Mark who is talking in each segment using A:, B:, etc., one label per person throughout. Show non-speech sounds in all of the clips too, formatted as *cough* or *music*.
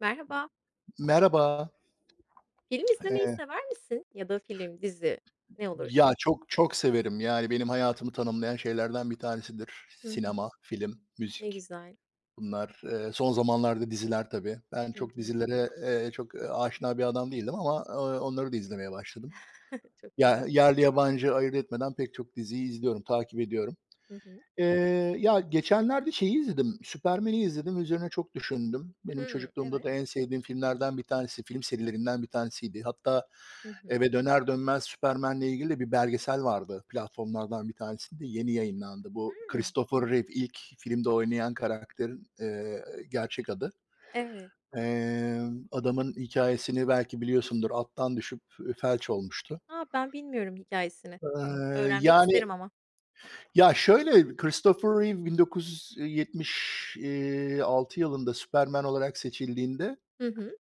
A: Merhaba.
B: Merhaba.
A: Film izlemeyi
B: Eee,
A: sever misin? Ya da film, dizi ne olursa.
B: ya, çok çok severim. Yani, benim hayatımı tanımlayan şeylerden bir tanesidir.
A: Hı hı.
B: Sinema, film,
A: Ne
B: müzik.
A: güzel.
B: Bunlar, son zamanlarda diziler tabii. Ben
A: Hı
B: çok
A: hı.
B: dizilere, çok, aşina bir adam değildim ama, onları da izlemeye başladım.
A: *laughs* Çok
B: Ya
A: güzel.
B: yerli yabancı ayırt etmeden pek çok diziyi izliyorum, takip ediyorum.
A: Hı hı.
B: Ya, geçenlerde şeyi izledim, Superman'i izledim, üzerine çok düşündüm. Benim
A: Hımm,
B: çocukluğumda da en
A: evet.
B: sevdiğim filmlerden bir tanesi, film serilerinden bir tanesiydi. Hatta
A: Hı hı.
B: eve döner dönmez Superman'le ilgili de bir belgesel vardı, platformlardan bir tanesinde, yeni yayınlandı. Bu
A: Hımm,
B: Christopher Reeve, ilk filmde oynayan karakterin, gerçek adı.
A: evet.
B: Adamın hikayesini belki biliyorsundur, attan düşüp felç olmuştu.
A: A, ben bilmiyorum hikayesini.
B: Eee,
A: Öğrenmek
B: yani
A: isterim ama.
B: Ya, şöyle, Christopher Reeve 1976 yılında Superman olarak seçildiğinde,
A: Hı hı.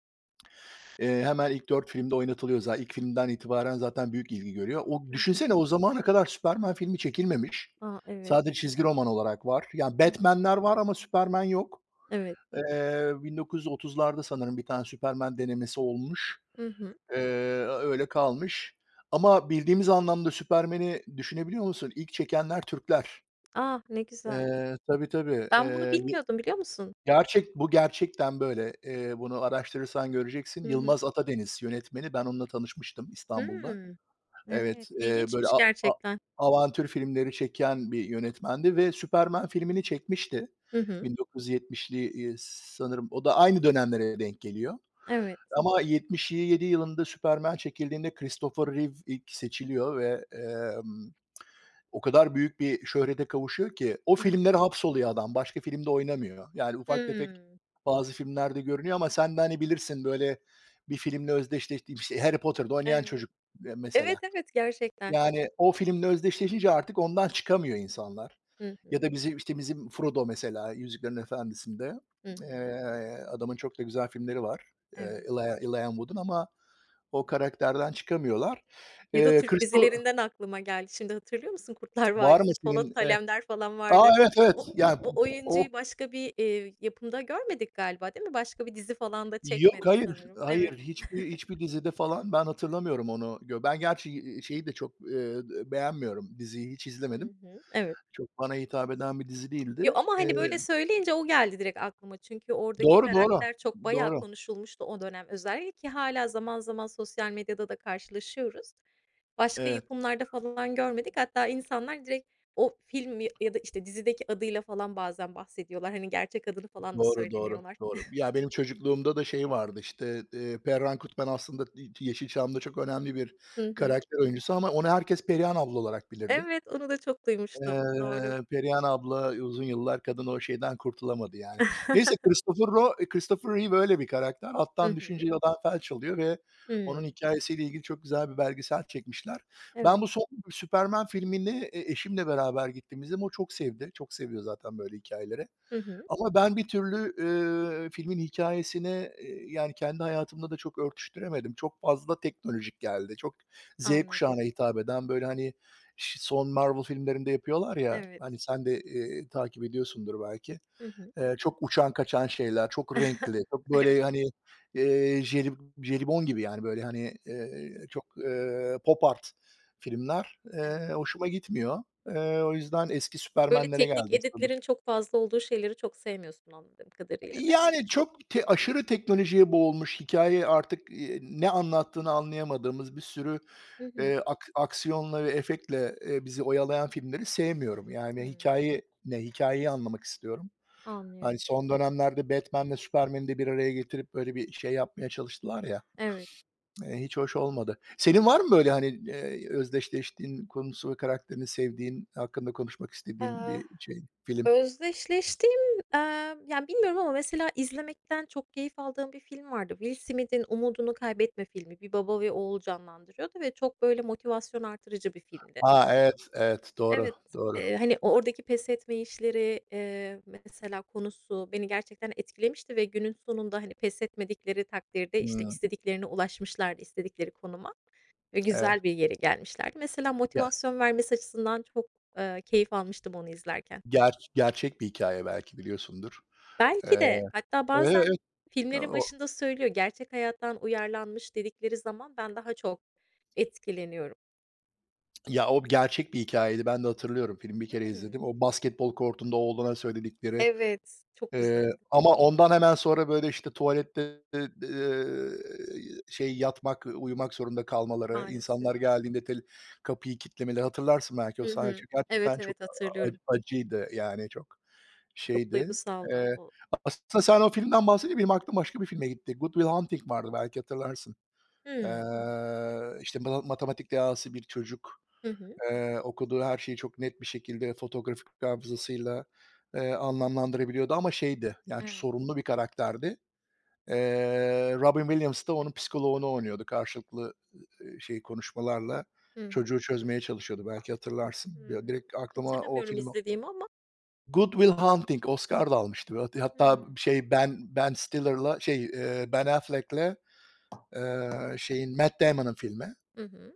B: hemen ilk 4 filmde oynatılıyor. Zaten ilk filmden itibaren zaten büyük ilgi görüyor. O
A: Hı hı.
B: düşünsene, o zamana kadar Superman filmi çekilmemiş.
A: A, evet.
B: Sadece çizgi roman olarak var. Yani
A: Hı hı.
B: Batman'ler var ama Superman yok.
A: Evet.
B: 1930'larda sanırım bir tane Superman denemesi olmuş.
A: Hı hı.
B: Eee, Öyle kalmış. Ama bildiğimiz anlamda Superman'i düşünebiliyor musun? İlk çekenler Türkler.
A: Ah, ne güzel.
B: Tabii, tabii.
A: Ben bunu
B: Y
A: bilmiyordum, biliyor musun?
B: Gerçek bu, gerçekten böyle. Bunu araştırırsan göreceksin.
A: Hı hı.
B: Yılmaz Atadeniz yönetmeni. Ben onunla tanışmıştım İstanbul'da.
A: Hımm, evet.
B: Evet, böyle
A: İlginçmiş
B: a a
A: gerçekten.
B: avantür filmleri çeken bir yönetmendi ve Superman filmini çekmişti.
A: Hı hı.
B: 1970'li, sanırım o da aynı dönemlere denk geliyor
A: Evet.
B: ama 77 yılında Superman çekildiğinde Christopher Reeve ilk seçiliyor ve o kadar büyük bir şöhrete kavuşuyor ki o
A: Hı
B: filmlere
A: hı.
B: hapsoluyor adam. Başka filmde oynamıyor. Yani ufak tefek
A: Hımm.
B: bazı filmlerde görünüyor ama sen de, hani, bilirsin, böyle, bir filmle özdeşleştiğim, işte, Harry Potter'da oynayan
A: Evet.
B: çocuk, mesela.
A: Evet, evet, gerçekten.
B: Yani o filmle özdeşleşince artık ondan çıkamıyor insanlar.
A: Hı
B: Ya
A: hı.
B: da bizim işte, bizim Frodo mesela Yüzüklerin Efendisi'nde.
A: Hı hı.
B: Adamın çok da güzel filmleri var, eee,
A: Evet.
B: Elijah Wood'un ama o karakterden çıkamıyorlar.
A: Ya da Türk
B: Christo
A: dizilerinden aklıma geldi. Şimdi hatırlıyor musun? Kurtlar
B: Var mı
A: Vadisi, Polat
B: senin?
A: Alemdar falan
B: A,
A: vardı.
B: evet, evet.
A: O
B: Ya,
A: o
B: o
A: oyuncuyu başka bir, yapımda görmedik galiba, değil mi? Başka bir dizi falan da
B: Yok,
A: çekmedi
B: hayır,
A: sanırım. Evet.
B: hayır. Hiçbir
A: *laughs*
B: dizide falan ben hatırlamıyorum onu. Ben gerçi, şeyi de çok, beğenmiyorum. Diziyi hiç
A: Hı
B: izlemedim.
A: hı. Evet.
B: Çok bana hitap eden bir dizi değildi.
A: Yo, ama, hani, böyle söyleyince o geldi direkt aklıma. Çünkü oradaki
B: Doğru, doğru.
A: karakter çok bayağı
B: Doğru.
A: konuşulmuştu o dönem özellikle ki hala zaman zaman sosyal medyada da karşılaşıyoruz. Başka
B: Evet.
A: yapımlarda falan görmedik. Hatta insanlar direkt o film ya da, işte, dizideki adıyla falan bazen bahsediyorlar. Hani, gerçek adını falan da
B: Doğru, doğru,
A: söylemiyorlar.
B: doğru. Ya, benim çocukluğumda da şey vardı, işte, Perihan Kutman aslında Yeşilçam'da çok önemli bir
A: Hı hı.
B: karakter oyuncusu ama onu herkes Perihan abla olarak bilirdi.
A: Evet, onu da çok duymuştum. Doğru.
B: Perihan abla uzun yıllar kadın o şeyden kurtulamadı yani. Neyse,
A: *laughs*
B: Christopher Reeve öyle bir karakter.
A: Hı
B: Attan
A: hı.
B: düşünce yalan felç oluyor ve onun
A: Hımm.
B: hikâyesiyle ilgili çok güzel bir belgesel çekmişler. Ben
A: Evet.
B: bu son Superman filmini, eşimle beraber gittiğimizde o çok sevdi. Çok seviyor zaten böyle hikâyeleri.
A: Hı hı.
B: Ama ben bir türlü filmin hikâyesini, yani, kendi hayatımda da çok örtüştüremedim. Çok fazla teknolojik geldi. Çok Z kuşağına
A: Anladım.
B: hitap eden, böyle, hani, son Marvel filmlerinde yapıyorlar ya,
A: Evet.
B: hani, sen de, takip ediyorsundur belki.
A: Hı hı.
B: Çok uçan kaçan şeyler, çok
A: *laughs*
B: renkli, çok,
A: Evet.
B: böyle, hani, eee, jeli jelibon gibi, yani, böyle, hani,
A: Hı hı.
B: çok, pop art filmler,
A: Evet.
B: hoşuma gitmiyor. O yüzden eski
A: Böyle
B: Süpermen'lere
A: teknik
B: geldim sanırım.
A: editlerin çok fazla olduğu şeyleri çok sevmiyorsun anladığım kadarıyla, değil mi?
B: Yani çok aşırı teknolojiye boğulmuş, hikaye artık, ne anlattığını anlayamadığımız bir sürü,
A: Hı hı.
B: ak aksiyonla ve efektle, bizi oyalayan filmleri sevmiyorum. Yani
A: Hımm.
B: hikâye ne? Hikayeyi anlamak istiyorum. Hani,
A: Anlıyorum.
B: son dönemlerde Batman'le Superman'i de bir araya getirip böyle bir şey yapmaya çalıştılar ya,
A: Evet.
B: hiç hoş olmadı. Senin var mı böyle, hani, özdeşleştiğin, konusu ve karakterini sevdiğin, hakkında konuşmak istediğin bir
A: Ah.
B: şey, film?
A: Özdeşleştiğim, yani, bilmiyorum ama mesela izlemekten çok keyif aldığım bir film vardı. Will Smith'in Umudunu Kaybetme filmi. Bir baba ve oğul canlandırıyordu ve çok, böyle, motivasyon artırıcı bir filmdi.
B: Ha, evet, evet, doğru,
A: Evet,
B: doğru.
A: hani, oradaki pes etme işleri, mesela konusu beni gerçekten etkilemişti ve günün sonunda, hani, pes etmedikleri takdirde, işte,
B: Hıı,
A: istediklerine ulaşmışlardı, istedikleri konuma ve
B: evet.
A: güzel bir yere gelmişlerdi. Mesela motivasyon vermesi açısından çok, keyif almıştım onu izlerken.
B: Gerçek bir hikâye, belki biliyorsundur.
A: Belki
B: Eee,
A: de. Hatta
B: evet,
A: bazen
B: evet.
A: filmlerin
B: O
A: başında söylüyor, "Gerçek hayattan uyarlanmış." dedikleri zaman ben daha çok etkileniyorum.
B: Ya, o gerçek bir hikâyeydi. Ben de hatırlıyorum. Filmi bir kere
A: Hımm.
B: izledim. O basketbol kortunda oğluna söyledikleri,
A: Evet, çok güzeldi
B: ama ondan hemen sonra, böyle, işte, tuvalette, eee, şey, yatmak, uyumak zorunda kalmaları,
A: maalesef.
B: insanlar geldiğinde tel kapıyı kitlemeleri. Hatırlarsın belki o
A: Hı
B: sahne,
A: hı.
B: çünkü
A: Evet,
B: gerçekten çok
A: evet,
B: a a
A: hatırlıyorum.
B: acıydı, yani, çok
A: Çok
B: şeydi.
A: duygusaldı
B: Eee,
A: o.
B: Aslında sen o filmden bahsedince benim aklım başka bir filme gitti. Good Will Hunting vardı, belki hatırlarsın.
A: Hımm.
B: İşte, matematik dehası bir çocuk.
A: Hı hı.
B: Okuduğu her şeyi çok net bir şekilde fotoğrafik hafızasıyla anlamlandırabiliyordu ama şeydi, yani,
A: Evet.
B: sorunlu bir karakterdi. Robin Williams da onun psikoloğunu oynuyordu. Karşılıklı, şey, konuşmalarla
A: Hı hı.
B: çocuğu çözmeye çalışıyordu. Belki hatırlarsın. Ya,
A: Hımm.
B: direkt aklıma o
A: Hatırlamıyorum
B: film.
A: izlediğimi ama.
B: Good Will Hunting Oscar da almıştı. Hat hatta
A: Hımm.
B: şey Ben Affleck'le, şeyin Matt Damon'ın filmi.
A: Hı hı.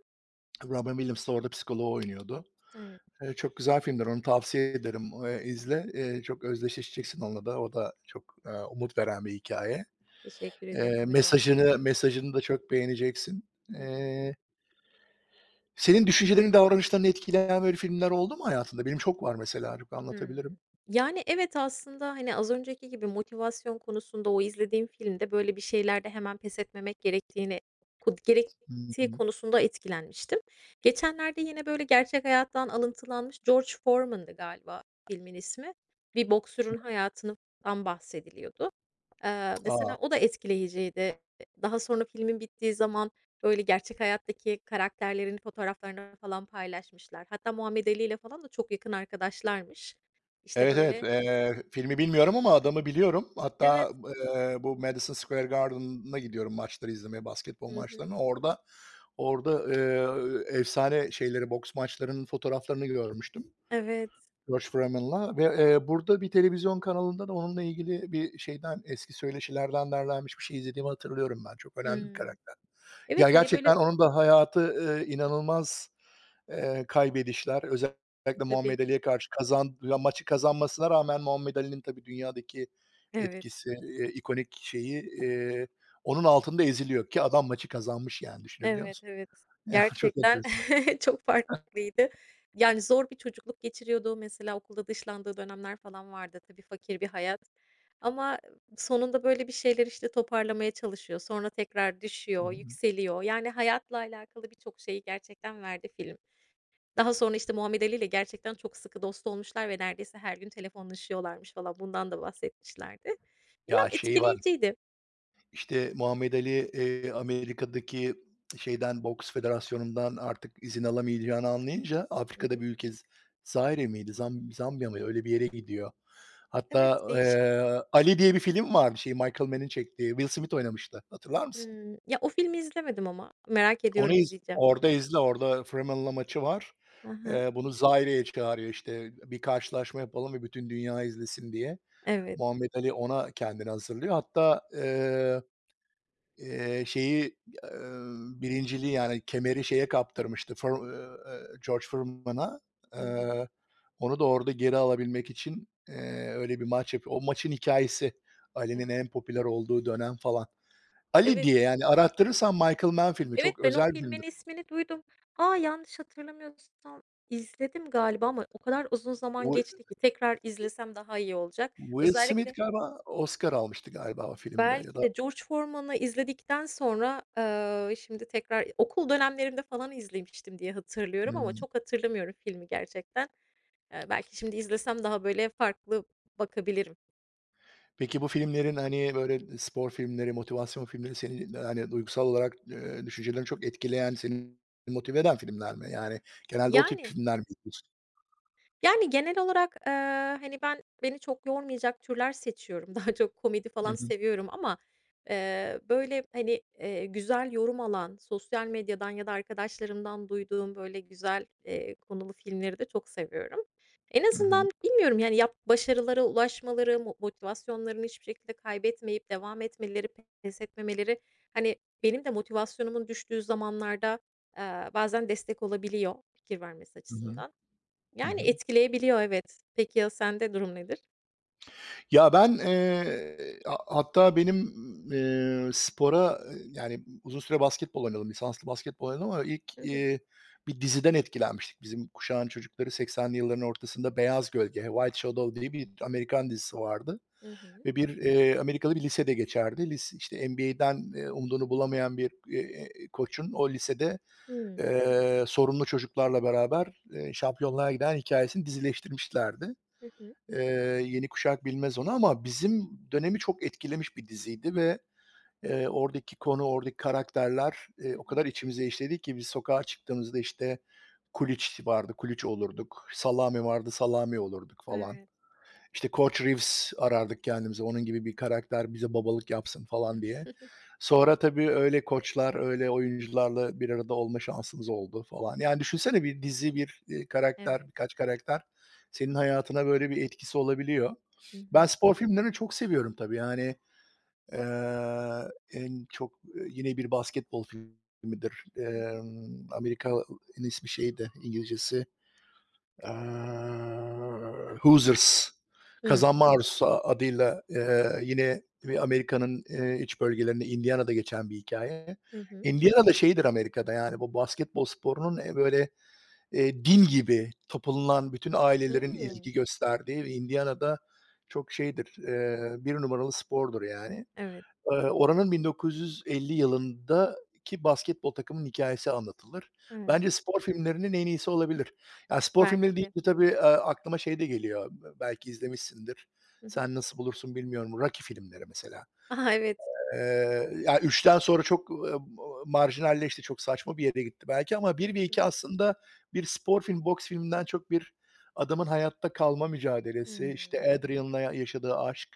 B: Robin Williams da orada psikoloğu oynuyordu.
A: Evet,
B: Çok güzel filmdir, onu tavsiye ederim. İzle, çok özdeşleşeceksin onunla da. O da çok umut veren bir hikâye.
A: teşekkür ederim önerin
B: Mesajını
A: için.
B: mesajını da çok beğeneceksin.
A: Hı hı.
B: Eee, Senin düşüncelerini, davranışlarını etkileyen böyle filmler oldu mu hayatında? Benim çok var mesela, çok anlatabilirim.
A: Hımm. Yani, evet, aslında, hani, az önceki gibi motivasyon konusunda o izlediğim filmde böyle bir şeylerde hemen pes etmemek gerektiğini kod
B: Hı
A: gerektiği
B: hı.
A: konusunda etkilenmiştim. Geçenlerde yine böyle gerçek hayattan alıntılanmış George Foreman'dı galiba filmin ismi. Bir boksörün hayatından bahsediliyordu.
B: A!
A: Mesela o da etkileyiciydi. Daha sonra filmin bittiği zaman, böyle, gerçek hayattaki karakterlerin fotoğraflarını falan paylaşmışlar. Hatta Muhammed Ali ile falan da çok yakın arkadaşlarmış. İşte,
B: Evet, evet.
A: böyle.
B: Filmi bilmiyorum ama adamı biliyorum.
A: Evet.
B: Hatta bu Madison Square Garden'a gidiyorum maçları izlemeye, basketbol
A: Hı hı.
B: maçlarını. Orada, efsane şeyleri, boks maçlarının fotoğraflarını görmüştüm
A: Evet.
B: George Foreman'la ve burada bir televizyon kanalında da onunla ilgili bir şeyden, eski söyleşilerden derlenmiş bir şey izlediğimi hatırlıyorum ben. Çok önemli bir
A: Hımm.
B: karakter. Ya,
A: Evet, hani, böyle.
B: gerçekten onun da hayatı inanılmaz, kaybedişler. Özellikle
A: Tabii.
B: Muhammed Ali'ye karşı ya, maçı kazanmasına rağmen Muhammed Ali'nin tabii dünyadaki
A: Evet.
B: etkisi, ikonik şeyi, onun altında eziliyor ki adam maçı kazanmış, yani düşünebiliyor
A: Evet,
B: musun?
A: evet.
B: *laughs* Ya, çok
A: Gerçekten
B: enteresan.
A: *laughs* çok farklıydı. Yani, zor bir çocukluk geçiriyordu. Mesela okulda dışlandığı dönemler falan vardı. Tabii fakir bir hayat ama sonunda böyle bir şeyler, işte, toparlamaya çalışıyor. Sonra tekrar
B: Hı
A: düşüyor,
B: hı.
A: yükseliyor. Yani, hayatla alakalı birçok şeyi gerçekten verdi film. Daha sonra, işte, Muhammed Ali ile gerçekten çok sıkı dost olmuşlar ve neredeyse her gün telefonlaşıyorlarmış falan. Bundan da bahsetmişlerdi. Bilmem,
B: Ya, şeyi var.
A: etkileyiciydi.
B: İşte, Muhammed Ali, Amerika'daki şeyden, boks federasyonundan artık izin alamayacağını anlayınca
A: Hı hı.
B: Afrika'da bir ülke, Zaire miydi, Zambiya mı? Öyle bir yere gidiyor. Hatta,
A: Evet, değişik.
B: Ali diye bir film var, şey, Michael Mann'in çektiği. Will Smith oynamıştı. Hatırlar mısın?
A: Hımm. Ya, o filmi izlemedim ama merak
B: Onu
A: ediyorum, izleyeceğim.
B: orada izle. Orada Freeman'la maçı var.
A: Hı hı.
B: Bunu Zaire'ye çağırıyor, işte, bir karşılaşma yapalım ve bütün dünya izlesin diye.
A: Evet.
B: Muhammed Ali ona kendini hazırlıyor. Hatta, Eee, şeyi, birinciliği, yani, kemeri şeye kaptırmıştı, Fur George Foreman'a.
A: Hı hı.
B: Eee, Onu da orada geri alabilmek için öyle bir maç yapıyor. O maçın hikayesi, Ali'nin en
A: Evet.
B: popüler olduğu dönem falan. Ali
A: Evet.
B: diye, yani, arattırırsan Michael Mann filmi,
A: Evet,
B: çok
A: ben o
B: özel bir
A: filmin
B: filmdir.
A: ismini duydum. A, yanlış hatırlamıyorsam izledim galiba ama o kadar uzun zaman
B: Wi
A: geçti ki tekrar izlesem daha iyi olacak.
B: Will Smith
A: Özellikle
B: galiba Oscar almıştı galiba o filmde ya
A: belki
B: da.
A: de George Foreman'ı izledikten sonra, şimdi tekrar okul dönemlerimde falan izlemiştim diye hatırlıyorum ama
B: Hıı.
A: çok hatırlamıyorum filmi gerçekten. Belki şimdi izlesem daha böyle farklı bakabilirim.
B: Peki, bu filmlerin, hani, böyle spor filmleri, motivasyon filmleri seni, hani, duygusal olarak, düşüncelerini çok etkileyen, seni motive eden filmler mi? Yani genelde o tip
A: Yani,
B: filmler mi izliyorsun?
A: Yani, genel olarak, hani, beni çok yormayacak türler seçiyorum. *laughs* Daha çok komedi
B: Hı
A: falan
B: hı.
A: seviyorum ama, böyle, hani, güzel yorum alan, sosyal medyadan ya da arkadaşlarımdan duyduğum, böyle, güzel, konulu filmleri de çok seviyorum. En
B: Hı hı.
A: azından bilmiyorum, yani, yap başarılara ulaşmaları, motivasyonlarını hiçbir şekilde kaybetmeyip devam etmeleri, pes etmemeleri, hani, benim de motivasyonumun düştüğü zamanlarda, bazen destek olabiliyor fikir vermesi
B: Hı hı.
A: açısından.
B: Hı
A: Yani,
B: hı.
A: etkileyebiliyor, evet. Peki ya sende durum nedir?
B: Ya, ben hatta benim, spora, yani, uzun süre basketbol oynadım, lisanslı basketbol oynadım ama ilk,
A: Hı hı.
B: bir diziden etkilenmiştik. Bizim kuşağın çocukları 80'li yılların ortasında Beyaz Gölge, White Shadow diye bir Amerikan dizisi vardı.
A: Hı hı.
B: Ve bir Amerikalı bir lisede geçerdi. İşte NBA'den umduğunu bulamayan bir, koçun o lisede,
A: Hıı.
B: sorunlu çocuklarla beraber şampiyonluğa giden hikâyesini dizileştirmişlerdi.
A: Hı hı.
B: Eee, Yeni kuşak bilmez onu ama bizim dönemi çok etkilemiş bir diziydi ve oradaki konu, oradaki karakterler
A: Hı
B: o
A: hı.
B: kadar içimize işledi ki biz sokağa çıktığımızda, işte, kuliç vardı, kuliç olurduk, salami vardı, salami olurduk falan.
A: Evet.
B: İşte Coach Reeves arardık kendimize. Onun gibi bir karakter bize babalık yapsın falan diye.
A: *laughs*
B: Sonra tabii öyle koçlar, öyle oyuncularla bir arada olma şansımız oldu falan. Yani düşünsene bir dizi, bir, karakter,
A: Evet.
B: birkaç karakter senin hayatına böyle bir etkisi olabiliyor.
A: Hı
B: Ben
A: hı.
B: spor filmlerini çok seviyorum tabii. Yani eee, en çok, yine bir basketbol filmidir.
A: Hı hı.
B: Amerika'nın ismi şeydi, İngilizcesi Hoosiers,
A: Hıı.
B: Kazanma Arzusu adıyla, yine bir Amerika'nın iç bölgelerinde Indiana'da geçen bir hikaye.
A: Hı hı.
B: Indiana'da şeydir Amerika'da, yani, bu basketbol sporunun, böyle, din gibi tapınılan, bütün ailelerin
A: Hıı.
B: ilgi gösterdiği ve Indiana'da çok şeydir, 1 numaralı spordur yani.
A: Evet.
B: Oranın 1950 yılındaki basketbol takımının hikâyesi anlatılır. Bence
A: Hıı.
B: spor filmlerinin en iyisi olabilir. Ya, spor filmleri
A: Belki de.
B: deyince tabii, aklıma şey de geliyor, belki izlemişsindir.
A: Hı hı.
B: Sen nasıl bulursun bilmiyorum. Rocky filmleri mesela.
A: *laughs* A, evet.
B: Ya üçten sonra çok marjinalleşti, çok saçma bir yere gitti belki, ama bir
A: Hı
B: ve
A: hı.
B: 2 aslında bir spor film, boks filminden çok bir adamın hayatta kalma mücadelesi,
A: Hıı.
B: işte, Adrian'la yaşadığı aşk,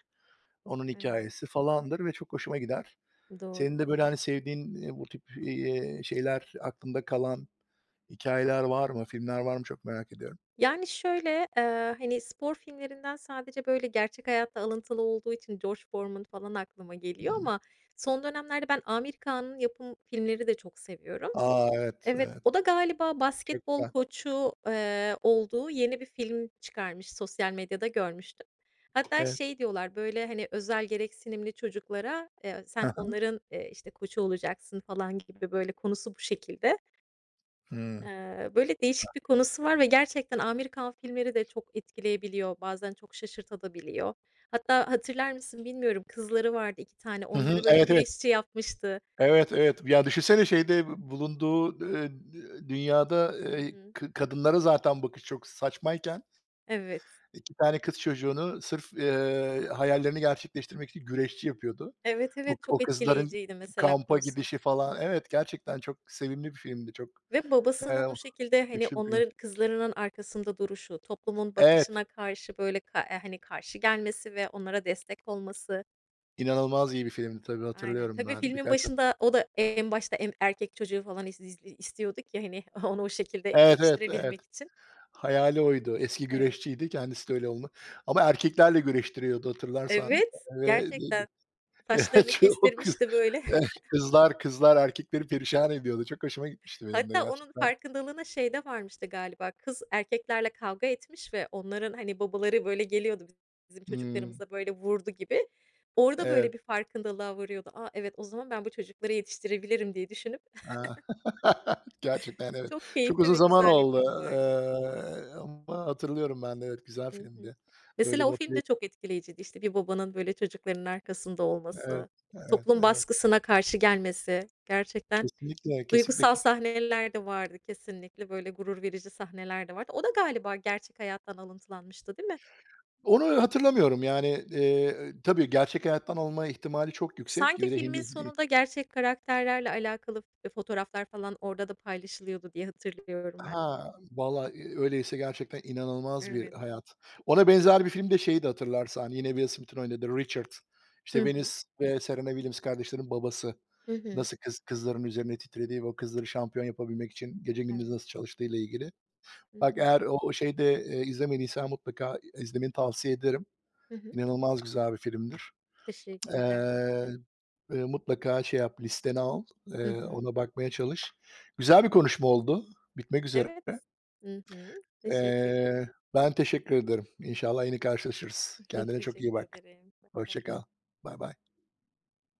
B: onun
A: Evet.
B: hikâyesi falandır ve çok hoşuma gider.
A: Doğru.
B: Senin de böyle, hani, sevdiğin, bu tip, şeyler, aklında kalan hikâyeler var mı? Filmler var mı? Çok merak ediyorum.
A: Yani, şöyle, hani, spor filmlerinden sadece, böyle, gerçek hayatta alıntılı olduğu için George Foreman falan aklıma geliyor
B: Hı
A: ama son dönemlerde ben Amir Kağan'ın yapım filmleri de çok seviyorum.
B: A, evet,
A: Evet, o
B: evet.
A: da galiba
B: Çok
A: basketbol
B: güzel.
A: koçu, olduğu yeni bir film çıkarmış, sosyal medyada görmüştüm. Hatta
B: Evet.
A: şey diyorlar, böyle, hani, özel gereksinimli çocuklara,
B: Hı
A: sen
B: hı.
A: onların, işte, koçu olacaksın falan gibi, böyle, konusu bu şekilde.
B: Hıı.
A: Böyle değişik bir konusu var ve gerçekten Amerikan filmleri de çok etkileyebiliyor, bazen çok şaşırtabiliyor. Hatta hatırlar mısın bilmiyorum, kızları vardı 2 tane,
B: Güzel. Hı hı.
A: onları böyle
B: Evet, evet.
A: güreşçi yapmıştı.
B: Evet, evet. Ya, düşünsene şeyde bu bulunduğu dü dünyada,
A: Hı hı.
B: kı kadınlara zaten bakış çok saçmayken
A: Evet.
B: 2 tane kız çocuğunu sırf hayallerini gerçekleştirmek için güreşçi yapıyordu.
A: Evet,
B: O
A: evet,
B: o
A: çok
B: kızların
A: etkileyiciydi mesela
B: kampa
A: konusu
B: gidişi falan. Evet, gerçekten çok sevimli bir filmdi. Çok,
A: ve babasının
B: eee
A: o şekilde, hani,
B: Güçlü bir film.
A: onların kızlarının arkasında duruşu, toplumun
B: Evet,
A: bakışına karşı, böyle, ka hani, karşı gelmesi ve onlara destek olması.
B: inanılmaz iyi bir filmdi tabii,
A: Aynen.
B: hatırlıyorum
A: Tabii
B: ben
A: filmin
B: birkaç defa.
A: başında o da en başta erkek çocuğu falan iz izli istiyorduk ya, hani, *laughs* onu o şekilde
B: Evet, evet, evet.
A: yetiştirebilmek için.
B: Hayali oydu. Eski
A: Evet.
B: güreşçiydi, kendisi de öyle olma ama erkeklerle güreştiriyordu hatırlarsan
A: Evet,
B: ve
A: gerçekten.
B: *laughs* evet,
A: Saçlarını
B: çok kız
A: kestirmişti, böyle.
B: eee, kızlar erkekleri perişan ediyordu. Çok hoşuma gitmişti benim de
A: Hatta onun
B: gerçekten.
A: farkındalığına şey de varmıştı galiba, kız erkeklerle kavga etmiş ve onların, hani, babaları böyle geliyordu bizim
B: Hımm,
A: çocuklarımıza böyle vurdu gibi. Orada böyle
B: evet.
A: bir farkındalığa varıyordu. "A, evet, o zaman ben bu çocukları yetiştirebilirim." diye düşünüp
B: Ha. *laughs* Gerçekten,
A: *laughs*
B: evet.
A: çok
B: Çok
A: keyifli
B: uzun
A: ve
B: zaman
A: güzel
B: oldu,
A: yapımı vardı.
B: ama hatırlıyorum ben de, evet, güzel
A: Hı hı.
B: filmdi. Böyle
A: Mesela o film
B: motive
A: de çok etkileyiciydi. İşte, bir babanın böyle çocuklarının arkasında
B: Evet,
A: olması,
B: evet,
A: toplum
B: evet.
A: baskısına karşı gelmesi gerçekten.
B: Kesinlikle,
A: Duygusal
B: kesinlikle.
A: sahneler de vardı kesinlikle, böyle gurur verici sahneler de vardı. O da galiba gerçek hayattan alıntılanmıştı, değil mi?
B: Onu hatırlamıyorum yani, tabii gerçek hayattan olma ihtimali çok yüksek
A: Sanki
B: ve de
A: filmin
B: Hindi.
A: sonunda gerçek karakterlerle alakalı fotoğraflar falan orada da paylaşılıyordu diye hatırlıyorum ben.
B: Ha, valla, öyleyse gerçekten inanılmaz bir
A: Evet.
B: hayat. Ona benzer bir film de, şeyi de hatırlarsan, yine Will Smith'in oynadığı Richard.
A: Hı
B: İşte
A: hı.
B: Venus ve Serena Williams kardeşlerin babası.
A: Hı hı.
B: Nasıl kızların üzerine titrediği ve o kızları şampiyon yapabilmek için gece gündüz
A: Evet.
B: nasıl çalıştığıyla ilgili.
A: Hı
B: Bak,
A: hı.
B: eğer o şeyi de izlemediysen mutlaka izlemeni tavsiye ederim.
A: Hı hı.
B: İnanılmaz güzel bir filmdir.
A: Teşekkürler,
B: Eee,
A: bakacağım.
B: mutlaka şey yap, listeni al,
A: Hı hı.
B: ona bakmaya çalış. Güzel bir konuşma oldu, bitmek üzere.
A: Evet. Hı hı. Teşekkürler.
B: Ben teşekkür ederim. İnşallah yine karşılaşırız.
A: *laughs*
B: Kendine çok iyi
A: Teşekkür
B: bak.
A: ederim. Bay bay.
B: Hoşça kal. Bay, bay.